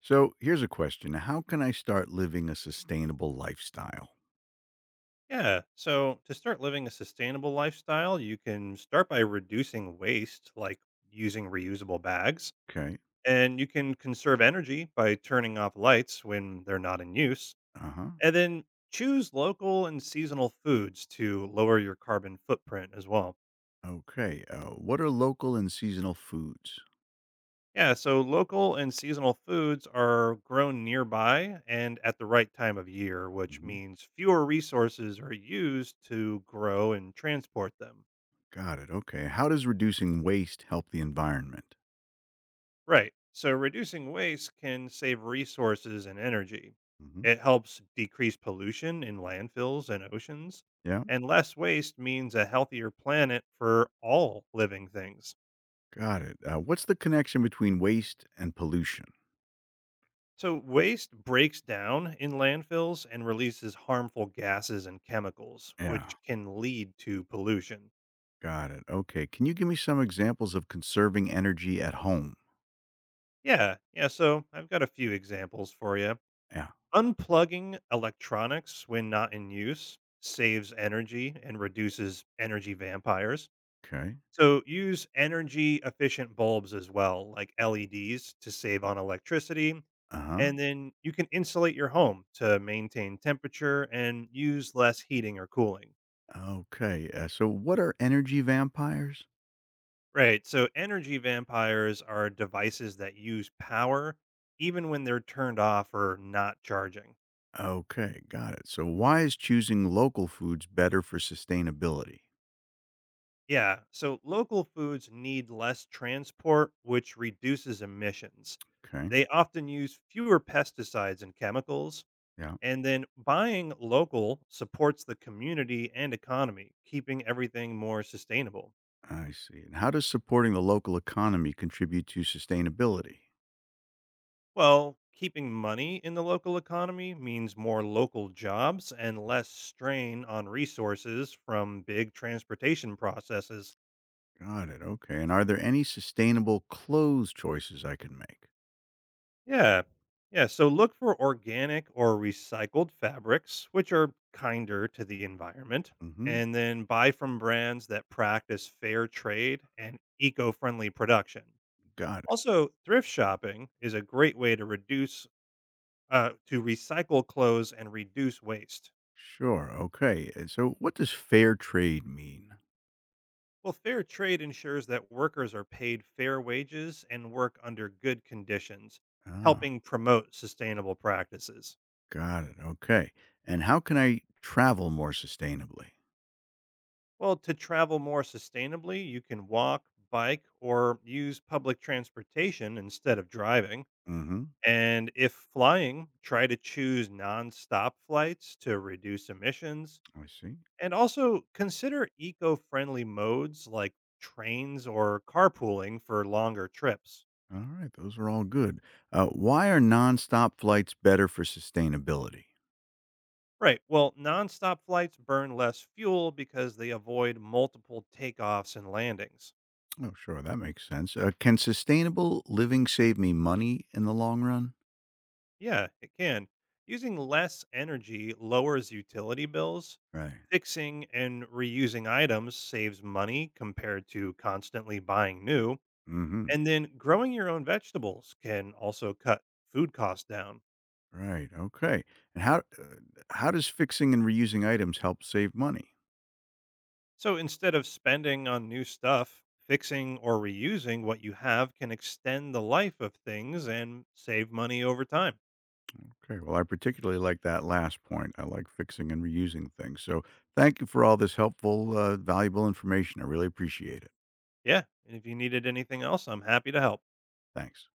So here's a question. How can I start living a sustainable lifestyle? Yeah. So to start living a sustainable lifestyle, you can start by reducing waste, like using reusable bags, Okay. and you can conserve energy by turning off lights when they're not in use. Uh-huh. And then choose local and seasonal foods to lower your carbon footprint as well. Okay. What are local and seasonal foods? Yeah, so local and seasonal foods are grown nearby and at the right time of year, which hmm means fewer resources are used to grow and transport them. Got it. Okay. How does reducing waste help the environment? Right. So reducing waste can save resources and energy. hmm It helps decrease pollution in landfills and oceans. Yeah. And less waste means a healthier planet for all living things. Got it. What's the connection between waste and pollution? So waste breaks down in landfills and releases harmful gases and chemicals, Yeah. which can lead to pollution. Got it. Okay. Can you give me some examples of conserving energy at home? Yeah, yeah. So I've got a few examples for you. Yeah. Unplugging electronics when not in use saves energy and reduces energy vampires. Okay. So use energy efficient bulbs as well, like LEDs to save on electricity. Uh-huh. And then you can insulate your home to maintain temperature and use less heating or cooling. Okay. So what are energy vampires? Right. So energy vampires are devices that use power even when they're turned off or not charging. Okay, got it. So why is choosing local foods better for sustainability? Yeah, so local foods need less transport, which reduces emissions. Okay, They often use fewer pesticides and chemicals, yeah, and then buying local supports the community and economy, keeping everything more sustainable. I see. And how does supporting the local economy contribute to sustainability? Well, keeping money in the local economy means more local jobs and less strain on resources from big transportation processes. Got it. Okay. And are there any sustainable clothes choices I can make? Yeah. Yeah. So look for organic or recycled fabrics, which are kinder to the environment. Mm-hmm. And then buy from brands that practice fair trade and eco friendly production. Got it. Also, thrift shopping is a great way to to recycle clothes and reduce waste. Sure. Okay. And so what does fair trade mean? Well, fair trade ensures that workers are paid fair wages and work under good conditions, Ah, helping promote sustainable practices. got it. Okay. And how can I travel more sustainably? Well, to travel more sustainably, you can walk, bike, or use public transportation instead of driving. Mm-hmm. And if flying, try to choose non-stop flights to reduce emissions. I see. And also consider eco friendly modes like trains or carpooling for longer trips. All right, those are all good. Why are nonstop flights better for sustainability? Right. Well, non-stop flights burn less fuel because they avoid multiple takeoffs and landings. Oh, sure, that makes sense. Can sustainable living save me money in the long run? Yeah, it can. Using less energy lowers utility bills. Right. Fixing and reusing items saves money compared to constantly buying new. Mm-hmm. And then growing your own vegetables can also cut food costs down. Right. Okay. And how does fixing and reusing items help save money? So instead of spending on new stuff, fixing or reusing what you have can extend the life of things and save money over time. Okay. Well, I particularly like that last point. I like fixing and reusing things. So, thank you for all this helpful, valuable information. I really appreciate it. Yeah. And if you needed anything else, I'm happy to help. Thanks.